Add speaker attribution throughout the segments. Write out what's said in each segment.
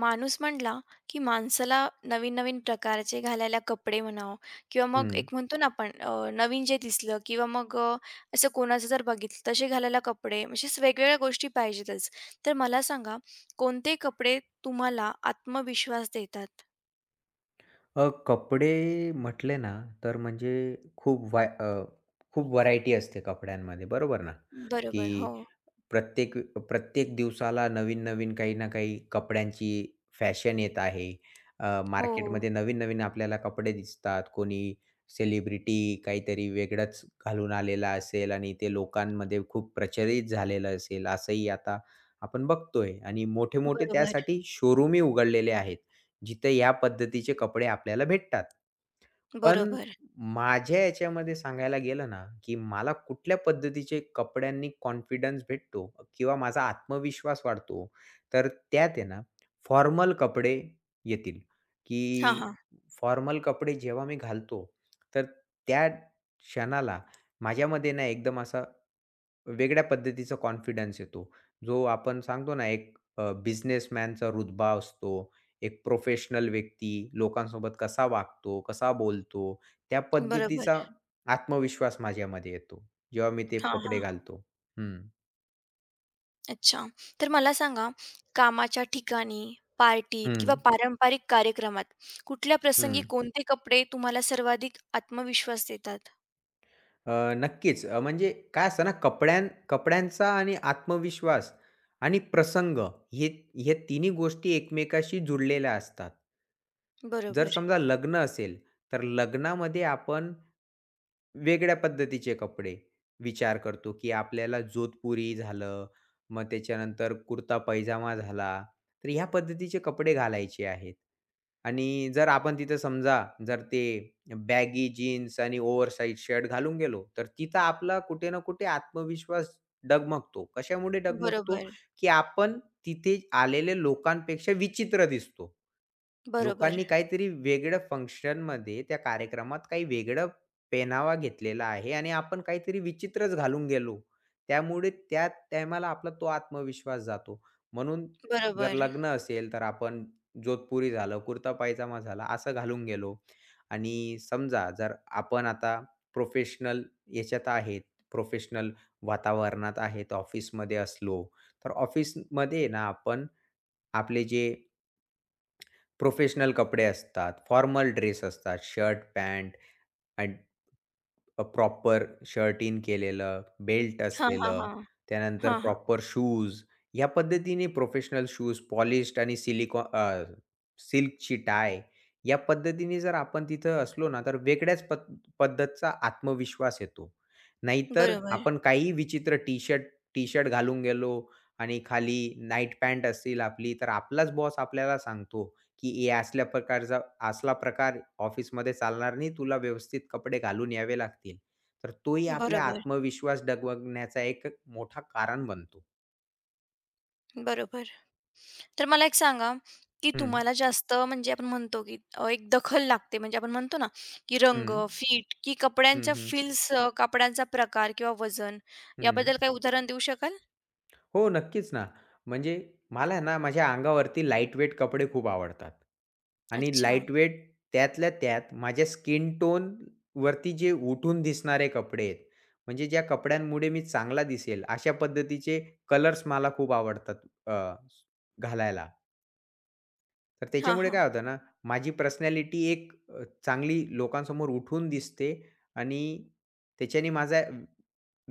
Speaker 1: माणूस म्हणला, की माणसाला नवीन-नवीन प्रकारचे घालायला कपडे म्हणावं किंवा मग
Speaker 2: हं.
Speaker 1: एक म्हणतो ना आपण नवीन जे दिसलं किंवा मग असं कोणाचं जर बघितलं तसे घालायला कपडे म्हणजे असं वेगवेगळ्या गोष्टी पाहिजेतच. तर मला सांगा कोणते कपडे तुम्हाला आत्मविश्वास देतात?
Speaker 2: कपडे म्हटले ना, तर म्हणजे खूप व्हाय अ, खूप व्हरायटी असते कपड्यांमध्ये बरोबर ना,
Speaker 1: बरोबर. हो.
Speaker 2: की प्रत्येक प्रत्येक दिवसाला नवीन-नवीन काही ना काही कपड्यांची फॅशन येत आहे.
Speaker 1: हो.
Speaker 2: मार्केटमध्ये नवीन-नवीन आपल्याला कपडे दिसतात. कोणी सेलिब्रिटी काहीतरी वेगळंच घालून आलेला असेल आणि ते लोकांमध्ये खूप प्रचलित झालेलं असेल, असंही आता आपण बघतोय आणि मोठे-मोठे
Speaker 1: बरोबर.
Speaker 2: त्यासाठी शोरूमही उघडलेले आहेत. जिथे या पद्धतीचे कपडे आपल्याला भेटतात. पण
Speaker 1: बरोबर.
Speaker 2: माझ्या याच्यामध्ये सांगायला गेलं ना, की मला कुठल्या पद्धतीचे कपड्यांनी कॉन्फिडन्स भेटतो किंवा माझा आत्मविश्वास वाढतो, तर त्यात आहे ना फॉर्मल कपडे येतील,
Speaker 1: हां,
Speaker 2: की
Speaker 1: हां.
Speaker 2: फॉर्मल कपडे जेव्हा मी घालतो, तर त्या क्षणाला माझ्यामध्ये ना एकदम असा वेगळ्या पद्धतीचा कॉन्फिडन्स येतो. जो आपण सांगतो ना एक बिझनेसमॅनचा रुतबा असतो एक प्रोफेशनल व्यक्ती लोकांसोबत कसा वागतो, कसा बोलतो, त्या
Speaker 1: बरोबर.
Speaker 2: पद्धतीचा आत्मविश्वास माझ्यामध्ये येतो, जेव्हा मी ते
Speaker 1: हां,
Speaker 2: कपडे
Speaker 1: हां.
Speaker 2: घालतो. हं,
Speaker 1: अच्छा. तर मला सांगा, कामाच्या ठिकाणी, पार्टीत किंवा
Speaker 2: हं,
Speaker 1: पारंपरिक कार्यक्रमात कुठल्या प्रसंगी
Speaker 2: हं.
Speaker 1: कोणते कपडे तुम्हाला सर्वाधिक आत्मविश्वास देतात?
Speaker 2: नक्कीच म्हणजे काय असतं ना कपड्यांचा आणि आत्मविश्वास आणि प्रसंग हे हे तिन्ही गोष्टी एकमेकाशी जुडलेल्या असतात. जर
Speaker 1: बरोबर,
Speaker 2: समजा लग्न असेल, तर लग्नामध्ये आपण वेगळ्या पद्धतीचे कपडे विचार करतो, की आपल्याला जोधपुरी झालं, मग त्याच्यानंतर कुर्ता पैजामा झाला. तर ह्या पद्धतीचे कपडे घालायचे आहेत. आणि जर आपण तिथं समजा जर ते बॅगी जीन्स आणि ओव्हरसाइज शर्ट घालून गेलो, तर तिथं आपला कुठे ना कुठे आत्मविश्वास डगमगतो. कशामुळे डगमगतो,
Speaker 1: बरोबर,
Speaker 2: की आपण तिथे आलेल्या लोकांपेक्षा विचित्र दिसतो.
Speaker 1: बरोबर,
Speaker 2: लोकांनी काहीतरी वेगळं फंक्शनमध्ये त्या कार्यक्रमात काही वेगळं पेनावा घेतलेला आहे आणि आपण काहीतरी विचित्रच घालून गेलो. त्यामुळे त्या टायमाला आपला तो आत्मविश्वास जातो. म्हणून जर
Speaker 1: बरोबर.
Speaker 2: लग्न असेल तर आपण जोधपुरी झालं, कुर्ता पायजामा झाला असं घालून गेलो आणि समजा जर आपण आता प्रोफेशनल याच्यात आहेत, प्रोफेशनल वातावरणात आहेत, ऑफिसमध्ये असलो, तर ऑफिसमध्ये ना आपण आपले जे प्रोफेशनल कपडे असतात, फॉर्मल ड्रेस असतात, shirt, pant and proper shirt in केलेलं, बेल्ट
Speaker 1: हां, हां,
Speaker 2: असलेलं,
Speaker 1: हां.
Speaker 2: त्यानंतर
Speaker 1: हां, हां.
Speaker 2: Proper shoes. या पद्धतीने प्रोफेशनल शूज, पॉलिश्ड आणि सिल्कची टाय या पद्धतीने जर आपण तिथं असलो ना, तर वेगळ्याच पद्धतचा आत्मविश्वास येतो. नाहीतर
Speaker 1: बरोबर,
Speaker 2: आपण काहीही विचित्र टी-शर्ट घालून गेलो आणि खाली नाईट पॅन्ट असेल आपली, तर आपलाच बॉस आपल्याला सांगतो की हे असल्या प्रकारचा असला प्रकार ऑफिसमध्ये चालणार नाही. तुला व्यवस्थित कपडे घालून यावे लागतील. तर तोही आपला
Speaker 1: बरोबर,
Speaker 2: आत्मविश्वास डगमगण्याचा एक मोठा कारण बनतो.
Speaker 1: बरोबर. तर मला एक सांगा, की
Speaker 2: हं,
Speaker 1: तुम्हाला जास्त म्हणजे आपण म्हणतो, की एक दखल लागते म्हणजे आपण म्हणतो ना, की रंग,
Speaker 2: हं,
Speaker 1: फिट की
Speaker 2: हं,
Speaker 1: कपड्यांच्या
Speaker 2: हं,
Speaker 1: फील्स, कपड्यांचा प्रकार किंवा वजन
Speaker 2: हं.
Speaker 1: याबद्दल काही उदाहरण देऊ शकाल?
Speaker 2: हो, नक्कीच ना. म्हणजे मला आहे ना माझ्या अंगावरती लाईटवेट कपडे खूप आवडतात आणि
Speaker 1: अच्छा.
Speaker 2: लाईटवेट त्यातल्या त्यात माझ्या स्किन टोन वरती जे उठून दिसणारे कपडे आहेत. म्हणजे ज्या कपड्यांमुळे मी चांगला दिसेल अशा पद्धतीचे कलर्स मला खूप आवडतात अ, घालायला. तर
Speaker 1: हां,
Speaker 2: त्याच्यामुळे
Speaker 1: हां.
Speaker 2: काय होतं ना, माझी पर्सनॅलिटी एक चांगली लोकांसमोर उठून दिसते आणि त्याच्याने माझा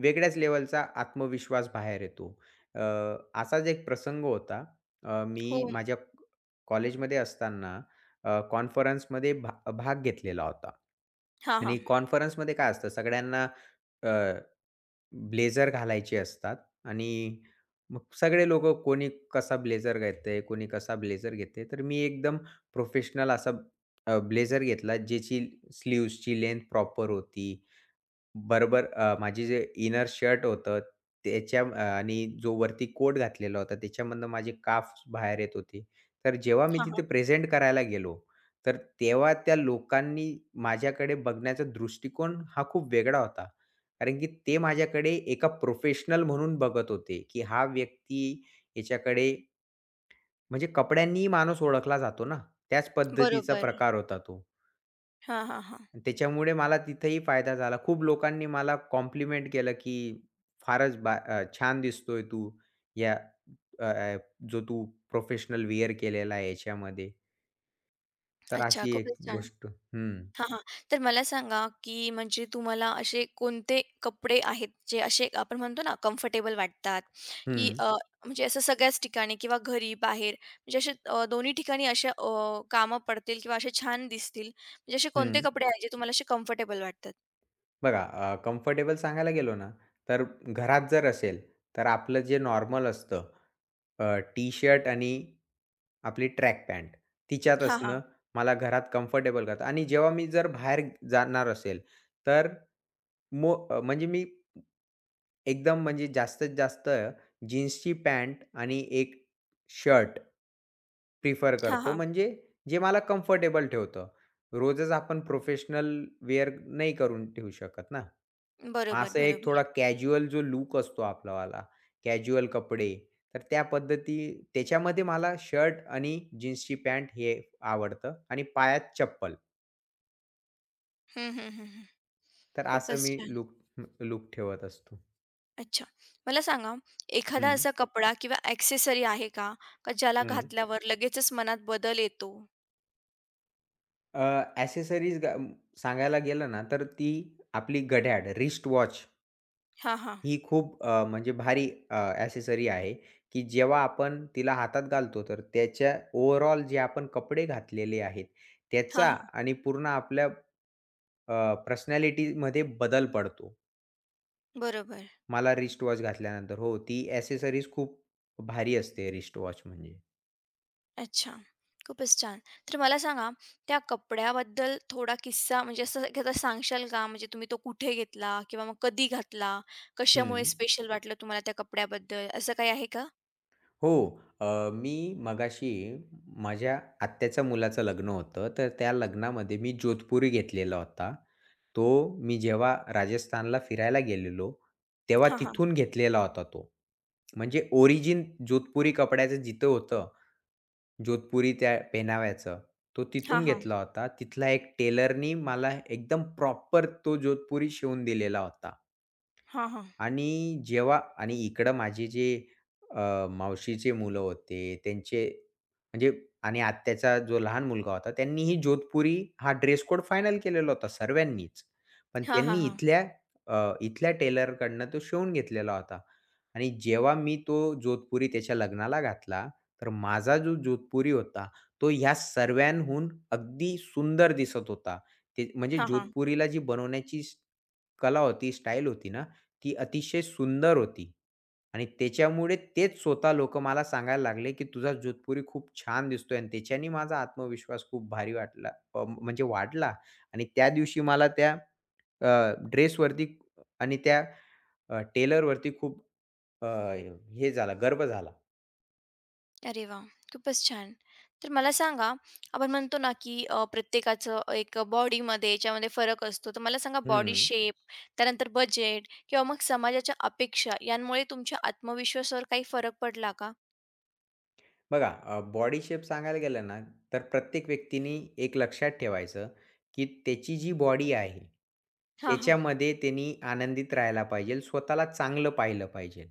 Speaker 2: वेगळ्याच लेव्हलचा आत्मविश्वास बाहेर येतो. अ, असाच एक प्रसंग होता. मी
Speaker 1: हो.
Speaker 2: माझ्या कॉलेजमध्ये असताना कॉन्फरन्समध्ये भाग घेतलेला होता
Speaker 1: हां, हां.
Speaker 2: आणि कॉन्फरन्समध्ये काय असतं सगळ्यांना ब्लेझर घालायचे असतात आणि मग सगळे लोकं कोणी कसा ब्लेझर घेतंय, कोणी कसा ब्लेझर घेतंय. तर मी एकदम प्रोफेशनल असा ब्लेझर घेतला ज्याची स्लीव्हजची लेंथ प्रॉपर होती. बरोबर माझी जे इनर शर्ट होतं आणि जो वरती कोट घातलेला होता त्याच्यामधनं माझे काफ बाहेर येत होते. तर जेव्हा मी
Speaker 1: हां,
Speaker 2: तिथे
Speaker 1: हां.
Speaker 2: प्रेझेंट करायला गेलो, तर तेव्हा त्या लोकांनी माझ्याकडे बघण्याचा दृष्टिकोन हा खूप वेगळा होता. कारण की ते माझ्याकडे एका प्रोफेशनल म्हणून बघत होते, की हा व्यक्ती याच्याकडे म्हणजे कपड्यांनीही माणूस ओळखला जातो ना, त्याच पद्धतीचा
Speaker 1: बरोबर.
Speaker 2: प्रकार होता तो.
Speaker 1: हां, हां, हां.
Speaker 2: त्याच्यामुळे मला तिथेही फायदा झाला. खूप लोकांनी मला कॉम्प्लिमेंट केलं, की "फारच छान दिसतोय तू या अ, अ, जो तू प्रोफेशनल वेअर केलेला आहे याच्यामध्ये." तर
Speaker 1: अच्छा,
Speaker 2: अशी एक
Speaker 1: खूपच छान.
Speaker 2: गोष्ट हं,
Speaker 1: हां, हां. तर मला सांगा, की म्हणजे तुम्हाला असे कोणते कपडे आहेत, जे असे आपण म्हणतो ना, कम्फर्टेबल वाटतात, की
Speaker 2: हं,
Speaker 1: म्हणजे असं सगळ्याच ठिकाणी किंवा घरी, बाहेर म्हणजे असे दोन्ही ठिकाणी असे कामं पडतील किंवा असे छान दिसतील. म्हणजे असे कोणते
Speaker 2: हं.
Speaker 1: कपडे आहेत, जे तुम्हाला असे कम्फर्टेबल वाटतात?
Speaker 2: बघा कम्फर्टेबल सांगायला गेलो ना, तर घरात जर असेल, तर आपलं जे नॉर्मल असतं टी-शर्ट आणि आपली ट्रॅक पॅन्ट तिच्यात
Speaker 1: हां, हां.
Speaker 2: असणं मला घरात कम्फर्टेबल करतं आणि जेव्हा मी जर बाहेर जाणार असेल, तर म्हणजे मी एकदम म्हणजे जास्तीत जास्त जीन्सची पॅन्ट आणि एक शर्ट प्रिफर
Speaker 1: हां,
Speaker 2: करतो,
Speaker 1: हां.
Speaker 2: म्हणजे जे मला कम्फर्टेबल ठेवतं. रोजच आपण प्रोफेशनल वेअर नाही करून ठेवू शकत ना. मग
Speaker 1: बरोबर,
Speaker 2: असा एक थोडा
Speaker 1: बरोबर.
Speaker 2: कॅज्युअल जो लूक असतो आपलावाला, कॅज्युअल कपडे, तर त्या पद्धती त्याच्यामध्ये मला शर्ट आणि जीन्सची पॅन्ट हे आवडतं आणि पायात चप्पल.
Speaker 1: हं, हं, हं, हं.
Speaker 2: तर असं
Speaker 1: खूपच
Speaker 2: मी
Speaker 1: छान.
Speaker 2: लूक लूक ठेवत असतो.
Speaker 1: अच्छा. मला सांगा, एखादा
Speaker 2: हं.
Speaker 1: असा कपडा किंवा ॲक्सेसरी आहे का? का ज्याला
Speaker 2: हं.
Speaker 1: घातल्यावर लगेचच मनात बदल येतो?
Speaker 2: अ, एक्सेसरीज सांगायला गेलं ना, तर ती आपली घड्याळ, रिस्ट वॉच
Speaker 1: हां, हां.
Speaker 2: ही खूप म्हणजे भारी आहे, की जेव्हा आपण तिला हातात घालतो, तर त्याच्या ओव्हरऑल जे आपण कपडे घातलेले आहेत,
Speaker 1: हां,
Speaker 2: त्याचा
Speaker 1: हां.
Speaker 2: आणि पूर्ण आपल्या पर्सनॅलिटीमध्ये बदल पडतो.
Speaker 1: बरोबर.
Speaker 2: मला रिस्ट वॉच घातल्यानंतर. हो, ती ॲक्सेसरीज खूप भारी असते रिस्ट वॉच म्हणजे.
Speaker 1: अच्छा. खूपच छान. तर मला सांगा, त्या कपड्याबद्दल थोडा किस्सा म्हणजे असं एखादा सांगशाल का? म्हणजे तुम्ही तो कुठे घेतला किंवा मग कधी घातला? कशामुळे
Speaker 2: हं.
Speaker 1: स्पेशल वाटलं तुम्हाला त्या कपड्याबद्दल? असं काही आहे का?
Speaker 2: हो. मी मगाशी माझ्या आत्याच्या मुलाचं लग्न होतं, तर त्या लग्नामध्ये मी जोधपुरी घेतलेला होता. तो मी जेव्हा राजस्थानला फिरायला गेलेलो, तेव्हा
Speaker 1: हां, हां.
Speaker 2: तिथून घेतलेला होता तो. म्हणजे ओरिजिन जोधपुरी कपड्याचं जिथं होतं, जोधपुरी त्या पेहनाव्याचं, तो
Speaker 1: हां,
Speaker 2: तिथून
Speaker 1: हां.
Speaker 2: घेतला होता. तिथला एक टेलरनी मला एकदम प्रॉपर तो जोधपुरी शिवून दिलेला होता.
Speaker 1: हां, हां.
Speaker 2: आणि जेव्हा आणि इकडं माझे जे मावशीचे मुलं होते त्यांचे म्हणजे आणि आत्याचा जो लहान मुलगा होता त्यांनीही जोधपुरी हा ड्रेस कोड फायनल केलेला होता सर्वांनीच. पण
Speaker 1: हां, हां,
Speaker 2: त्यांनी
Speaker 1: हां.
Speaker 2: इथल्या टेलरकडनं तो शिवून घेतलेला होता आणि जेव्हा मी तो जोधपुरी त्याच्या लग्नाला घातला, तर माझा जो जोधपुरी होता तो ह्या सर्वांहून अगदी सुंदर दिसत होता. ते म्हणजे
Speaker 1: हां,
Speaker 2: जोधपुरीला जी बनवण्याची कला होती, स्टाईल होती ना, ती अतिशय सुंदर होती. आणि त्याच्यामुळे तेच स्वतः लोक मला सांगायला लागले, की "तुझा जोधपुरी खूप छान दिसतोय" आणि त्याच्याने माझा आत्मविश्वास खूप भारी वाटला म्हणजे वाढला आणि त्या दिवशी मला त्या अ, ड्रेसवरती आणि त्या टेलरवरती खूप अ, हे झाला गर्व झाला.
Speaker 1: अरे वा, खूपच छान. तर मला सांगा, आपण म्हणतो ना, की प्रत्येकाचं एक बॉडीमध्ये याच्यामध्ये फरक असतो. तर मला सांगा बॉडी
Speaker 2: हं.
Speaker 1: शेप, त्यानंतर बजेट किंवा मग समाजाच्या अपेक्षा यांमुळे तुमच्या आत्मविश्वासावर काही फरक पडला का?
Speaker 2: बघा बॉडी शेप सांगायला गेलं ना, तर प्रत्येक व्यक्तीनी एक लक्षात ठेवायचं, की त्याची जी बॉडी आहे,
Speaker 1: हां, हां.
Speaker 2: त्याच्यामध्ये त्यांनी आनंदित राहायला पाहिजे. स्वतःला चांगलं पाहिलं पाहिजे.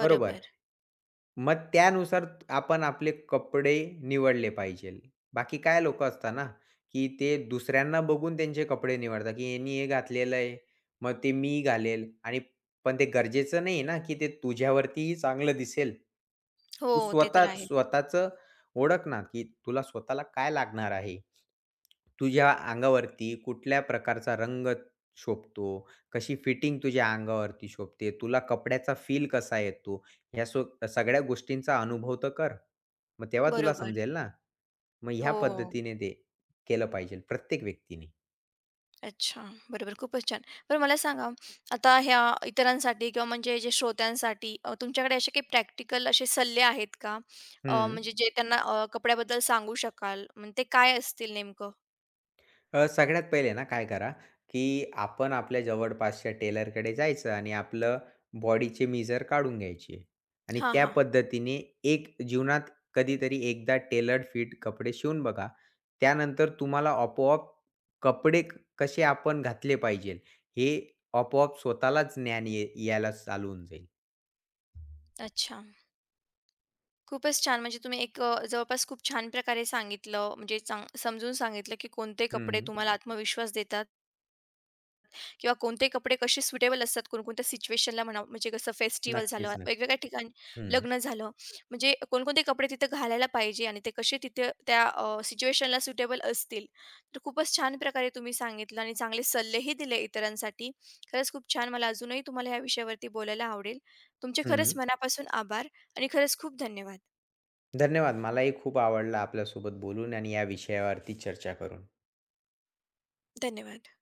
Speaker 2: बरोबर. मग त्यानुसार आपण आपले कपडे निवडले पाहिजे. बाकी काय लोकं असतात ना, की ते दुसऱ्यांना बघून त्यांचे कपडे निवडतात, की यांनी हे घातलेलं आहे, मग ते मी घालेल आणि पण ते गरजेचं नाही ना, की ते तुझ्यावरतीही चांगलं दिसेल.
Speaker 1: हो,
Speaker 2: तू
Speaker 1: ते तर
Speaker 2: स्वतः
Speaker 1: आहेच.
Speaker 2: स्वतःचं ओळख ना, की तुला स्वतःला काय लागणार आहे? तुझ्या अंगावरती कुठल्या प्रकारचा रंग शोभतो? कशी फिटिंग तुझ्या अंगावरती शोभते? तुला कपड्याचा फील कसा येतो? ह्या सगळ्या गोष्टींचा अनुभव तर कर. मग तेव्हा तुला
Speaker 1: बरोबर.
Speaker 2: समजेल ना. मग ह्या
Speaker 1: हो.
Speaker 2: पद्धतीने ते केलं पाहिजे प्रत्येक व्यक्तीने.
Speaker 1: अच्छा, बरोबर. खूपच छान. बरं मला सांगा, आता ह्या इतरांसाठी किंवा म्हणजे जे श्रोत्यांसाठी तुमच्याकडे असे काही प्रॅक्टिकल असे सल्ले आहेत का?
Speaker 2: हं.
Speaker 1: म्हणजे जे त्यांना कपड्याबद्दल सांगू शकाल, म्हणजे ते काय असतील नेमकं?
Speaker 2: सगळ्यात पहिले ना काय करा, की आपण आपल्या जवळपासच्या टेलरकडे जायचं आणि आपलं बॉडीचे मीजर काढून घ्यायचे आणि
Speaker 1: हां,
Speaker 2: त्या
Speaker 1: हां.
Speaker 2: पद्धतीने एक जीवनात कधीतरी एकदा टेलर्ड फिट कपडे शिवून बघा. त्यानंतर तुम्हाला आपोआप कपडे कसे आपण घातले पाहिजेल, हे आपोआप स्वतःलाच ज्ञान यायला चालू होऊन जाईल.
Speaker 1: अच्छा. खूपच छान. म्हणजे तुम्ही एक जवळपास खूप छान प्रकारे सांगितलं, म्हणजे चांग समजून सांगितलं, की कोणते कपडे
Speaker 2: हं.
Speaker 1: तुम्हाला आत्मविश्वास देतात किंवा कोणते कपडे कसे सुटेबल असतात कोणकोणत्या सिच्युएशनला म्हणा म्हणजे कसं फेस्टिवल झालं
Speaker 2: नक्कीच, नक्की.
Speaker 1: वेगवेगळ्या ठिकाणी
Speaker 2: हं,
Speaker 1: लग्न झालं म्हणजे कोणकोणते कपडे तिथे घालायला पाहिजे आणि ते कसे तिथे त्या सिच्युएशनला सुटेबल असतील. तर खूपच छान प्रकारे तुम्ही सांगितलं आणि चांगले सल्लेही दिले इतरांसाठी. खरंच खूप छान. मला अजूनही तुम्हाला या विषयावरती बोलायला आवडेल. तुमचे खरंच
Speaker 2: हं.
Speaker 1: मनापासून आभार आणि खरंच खूप धन्यवाद.
Speaker 2: धन्यवाद. मलाही खूप आवडलं आपल्यासोबत बोलून आणि या विषयावरती चर्चा करून.
Speaker 1: धन्यवाद.